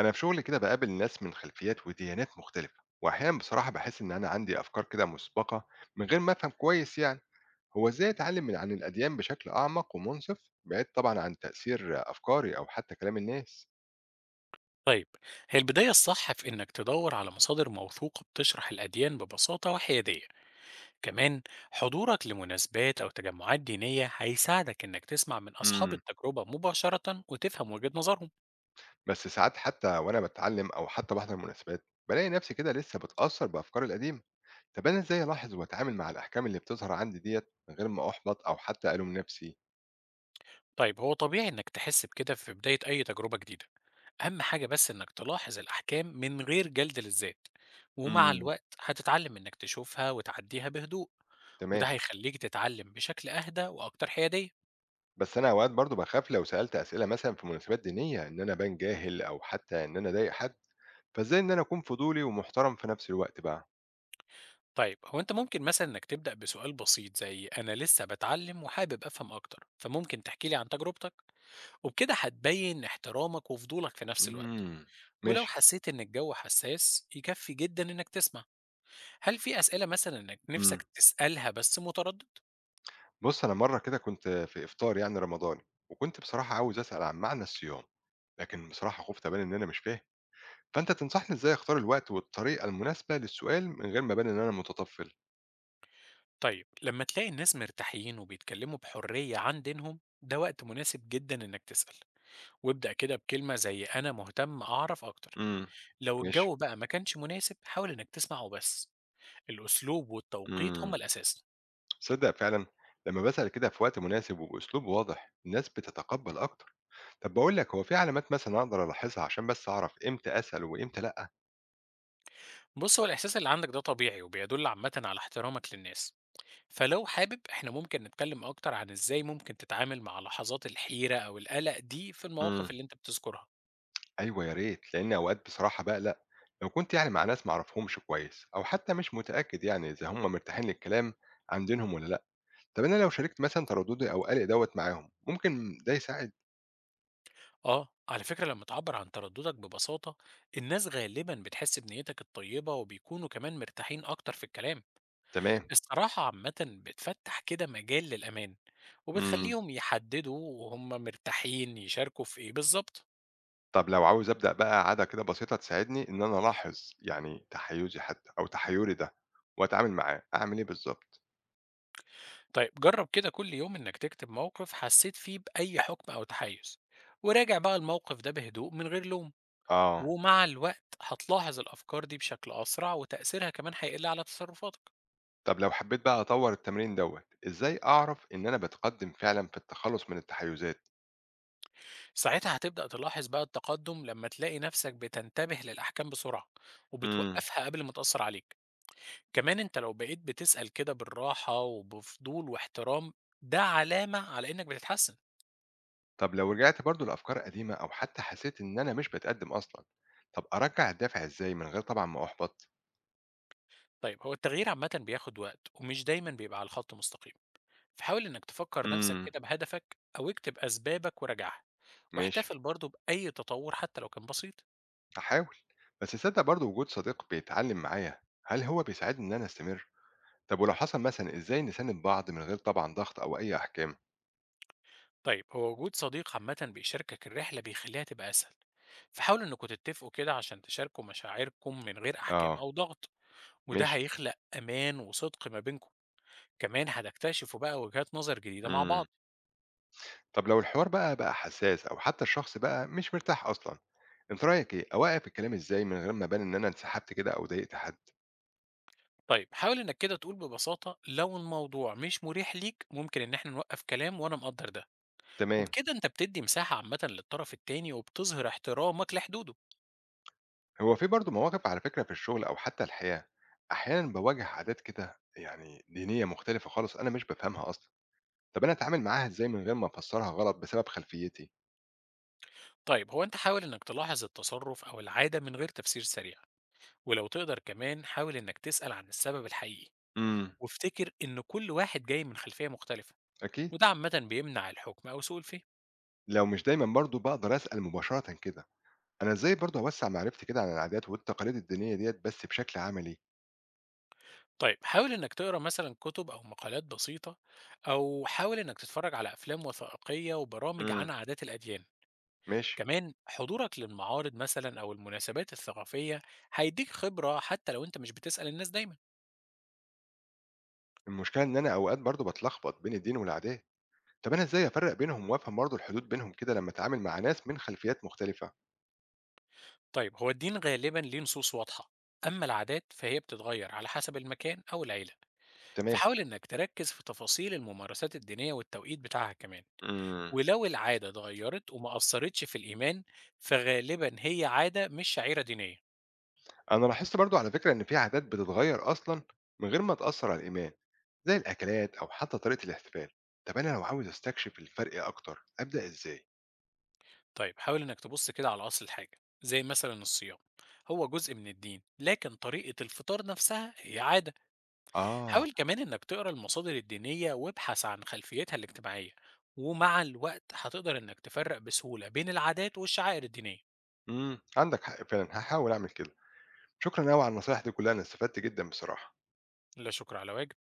أنا في شغلي كده بقابل ناس من خلفيات وديانات مختلفة، وأحيانا بصراحة بحس إن أنا عندي أفكار كده مسبقة من غير ما أفهم كويس يعني. هو إزاي أتعلم عن الأديان بشكل أعمق ومنصف، بعيد طبعا عن تأثير أفكاري أو حتى كلام الناس؟ طيب، هي البداية الصح في إنك تدور على مصادر موثوقة بتشرح الأديان ببساطة وحيادية، كمان حضورك لمناسبات أو تجمعات دينية هيساعدك إنك تسمع من أصحاب امم التجربة مباشرة وتفهم وجهة نظرهم. بس ساعات حتى وأنا بتعلم أو حتى بحضر مناسبات بلاقي نفسي كده لسه بتأثر بأفكاري القديمة. طب أنا إزاي ألاحظ وأتعامل مع الأحكام اللي بتظهر عندي ديت من غير ما أحبط أو حتى ألوم نفسي؟ طيب، هو طبيعي إنك تحس بكده في بداية أي تجربة جديدة، أهم حاجة بس إنك تلاحظ الأحكام من غير جلد للذات، ومع امم، الوقت هتتعلم إنك تشوفها وتعديها بهدوء، وده تمام. هيخليك تتعلم بشكل أهدى وأكتر حيادية. بس أنا أوقات برضه باخاف لو سألت أسئلة مثلًا في مناسبات دينية إن أنا أبان جاهل أو حتى إن أنا أضايق حد، فإزاي إن أنا أكون فضولي ومحترم في نفس الوقت بقى؟ طيب، هو انت ممكن مثلا انك تبدأ بسؤال بسيط زي انا لسه بتعلم وحابب افهم اكتر، فممكن تحكي لي عن تجربتك، وبكده هتبين احترامك وفضولك في نفس الوقت. إمم، ولو ماشي، حسيت ان الجو حساس يكفي جدا انك تسمع. هل في اسئلة مثلا انك إمم. نفسك تسألها بس متردد؟ بُص، أنا مرّة كده كنت في إفطار يعني رمضاني، وكنت بصراحة عاوز أسأل عن معنى الصيام، لكن بصراحة خُفت أبان إن أنا مش فاهم، فأنت تنصحني إزاي أختار الوقت والطريقة المناسبة للسؤال من غير ما أبان إن أنا متطفل؟ طيب، لما تلاقي الناس مرتاحين وبيتكلموا بحرية عن دينهم ده وقت مناسب جدا انك تسأل، وابدأ كده بكلمة زي انا مهتم اعرف اكتر. إمم، لو ماشي، الجو بقى ما كانش مناسب حاول انك تسمع وبس. الأسلوب والتوقيت هما إمم. الأساس. تصدق فعلًا لمّا باسأل كده في وقت مناسب وبأسلوب واضح، الناس بتتقبل أكتر. طب باقول لك، هو في علامات مثلًا أقدر ألاحظها عشان بس أعرف إمتى أسأل وإمتى لأ؟ بص، هو الإحساس اللي عندك ده طبيعي وبيدل عامة على احترامك للناس، فلو حابب، احنا ممكن نتكلم أكتر عن إزاي ممكن تتعامل مع لحظات الحيرة أو القلق دي في إمم. المواقف اللي أنت بتذكرها. أيوه يا ريت، لإن أوقات بصراحة باقلق لو كنت يعني مع ناس ما أعرفهمش كويس، أو حتى مش متأكد يعني إذا هم مرتاحين للكلام عن دينهم والّا لأ. طب أنا لو شاركت مثلًا ترددي أو قلقي دوّة معاهم، ممكن ده يساعد؟ آه، على فكرة لما تعبر عن ترددك ببساطة الناس غالبا بتحس بنيتك الطيبة وبيكونوا كمان مرتاحين أكتر في الكلام. تمام. الصراحة عامة بتفتح كده مجال للأمان، إمم. وبتخليهم يحددوا وهم مرتاحين يشاركوا في إيه بالظبط. طب لو عاوز أبدأ بقى عادة كده بسيطة تساعدني إن أنا ألاحظ يعني تحيُّزي حتى أو تحيُّري ده وأتعامل معاه، أعمل إيه بالضبط؟ طيب، جرب كده كل يوم إنك تكتب موقف حسيت فيه بأي حكم أو تحيز، وراجع بقى الموقف ده بهدوء من غير لوم. آه. ومع الوقت هتلاحظ الأفكار دي بشكل أسرع وتأثيرها كمان هيقل على تصرفاتك. طب لو حبيت بقى أطور التمرين دوّة، إزاي أعرف إن أنا باتقدم فعلًا في التخلُّص من التحيُّزات؟ ساعتها هتبدأ تلاحظ بقى التقدم لما تلاقي نفسك بتنتبه للأحكام بسرعة إمم. وبتوقفها قبل ما تأثر عليك. كمان أنت لو بقيت بتسأل كده بالراحة وبفضول واحترام ده علامة على إنك بتتحسن. طب لو رجعت برضه لأفكار قديمة أو حتى حسيت إن أنا مش باتقدم أصلًا، طب أرجّع الدافع إزاي من غير طبعًا ما أُحبط؟ طيب، هو التغيير عامة بياخد وقت ومش دايما بيبقى على الخط مستقيم، فحاول إنك تفكر نفسك إمم، كده بهدفك أو اكتب أسبابك وراجعها. ماشي، واحتفل برضه بأي تطور حتى لو كان بسيط. هاحاول. بس تصدّق برضه وجود صديق بيتعلّم معايا، هل هو بيساعدني إن أنا أستمر؟ طب ولو حصل مثلًا إزاي نساند بعض من غير طبعًا ضغط أو أي أحكام؟ طيب، هو وجود صديق عامة بيشاركك الرحلة بيخليها تبقى أسهل، فحاولوا إنكم تتفقوا كده عشان تشاركوا مشاعركم من غير أحكام آه، أو ضغط، وده ماشي. هيخلق أمان وصدق ما بينكم. كمان هتكتشفوا بقى وجهات نظر جديدة مع إمم. بعض. طب لو الحوار بقى حساس أو حتى الشخص بقى مش مرتاح أصلًا، أنت رأيك إيه، أوقّف الكلام إزاي من غير ما أبان إن أنا انسحبت كده أو ضايقت حد؟ طيب، حاول إنك كده تقول ببساطة لو الموضوع مش مريح ليك ممكن إن احنا نوقف كلام وأنا مقدر ده، تمام. وبكده انت بتدي مساحة عامة للطرف التاني وبتظهر احترامك لحدوده. هو في برضه مواقف على فكرة في الشغل أو حتى الحياة، أحيانًا باواجه عادات كده يعني دينية مختلفة خالص أنا مش بافهمها أصلًا، طب أنا أتعامل معاها إزاي من غير ما أفسّرها غلط بسبب خلفيتي؟ طيب، هو انت حاول انك تلاحظ التصرف او العادة من غير تفسير سريع، ولو تقدر كمان حاول انك تسأل عن السبب الحقيقي، إمم، وافتكر ان كل واحد جاي من خلفية مختلفة، أكيد. وده عامة بيمنع الحكم او سوء الفهم. لو مش دايمًا برضه باقدر أسأل مباشرةً كده، أنا إزاي برضه أوسّع معرفتي كده عن العادات والتقاليد الدينية ديّة بس بشكل عملي؟ طيب، حاول انك تقرا مثلا كتب او مقالات بسيطة، او حاول انك تتفرج على افلام وثائقية وبرامج إمم، عن عادات الاديان. ماشي. كمان حضورك للمعارض مثلا او المناسبات الثقافية هيديك خبرة حتى لو انت مش بتسأل الناس دايما. المشكلة إن أنا أوقات برضه باتلخبط بين الدين والعادات. طب أنا إزاي أفرّق بينهم وأفهم برضه الحدود بينهم كده لمّا أتعامل مع ناس من خلفيات مختلفة؟ طيب، هو الدين غالبا ليه نصوص واضحة، أما العادات فهي بتتغير على حسب المكان أو العيلة، تمام. فحاول إنك تركز في تفاصيل الممارسات الدينية والتوقيت بتاعها كمان. امم. ولو العادة اتغيرت وما أثرتش في الإيمان فغالبا هي عادة مش شعيرة دينية. أنا لاحظت برضه على فكرة إن في عادات بتتغيّر أصلًا من غير ما تأثّر على الإيمان، زي الأكلات أو حتى طريقة الاحتفال. طب أنا لو عاوز أستكشف الفرق أكتر أبدأ إزاي؟ طيب، حاول إنك تبص كده على أصل الحاجة زي مثلا الصيام، هو جزء من الدين لكن طريقة الفطار نفسها هي عادة. آه. حاول كمان إنك تقرأ المصادر الدينية وابحث عن خلفيتها الاجتماعية، ومع الوقت هتقدر إنك تفرق بسهولة بين العادات والشعائر الدينية. عندك حق فعلًا، هاحاول أعمل كده. شكرًا أوي على النصايح دي كلّها، أنا استفدت جدًا بصراحة. لا شكر على واجب.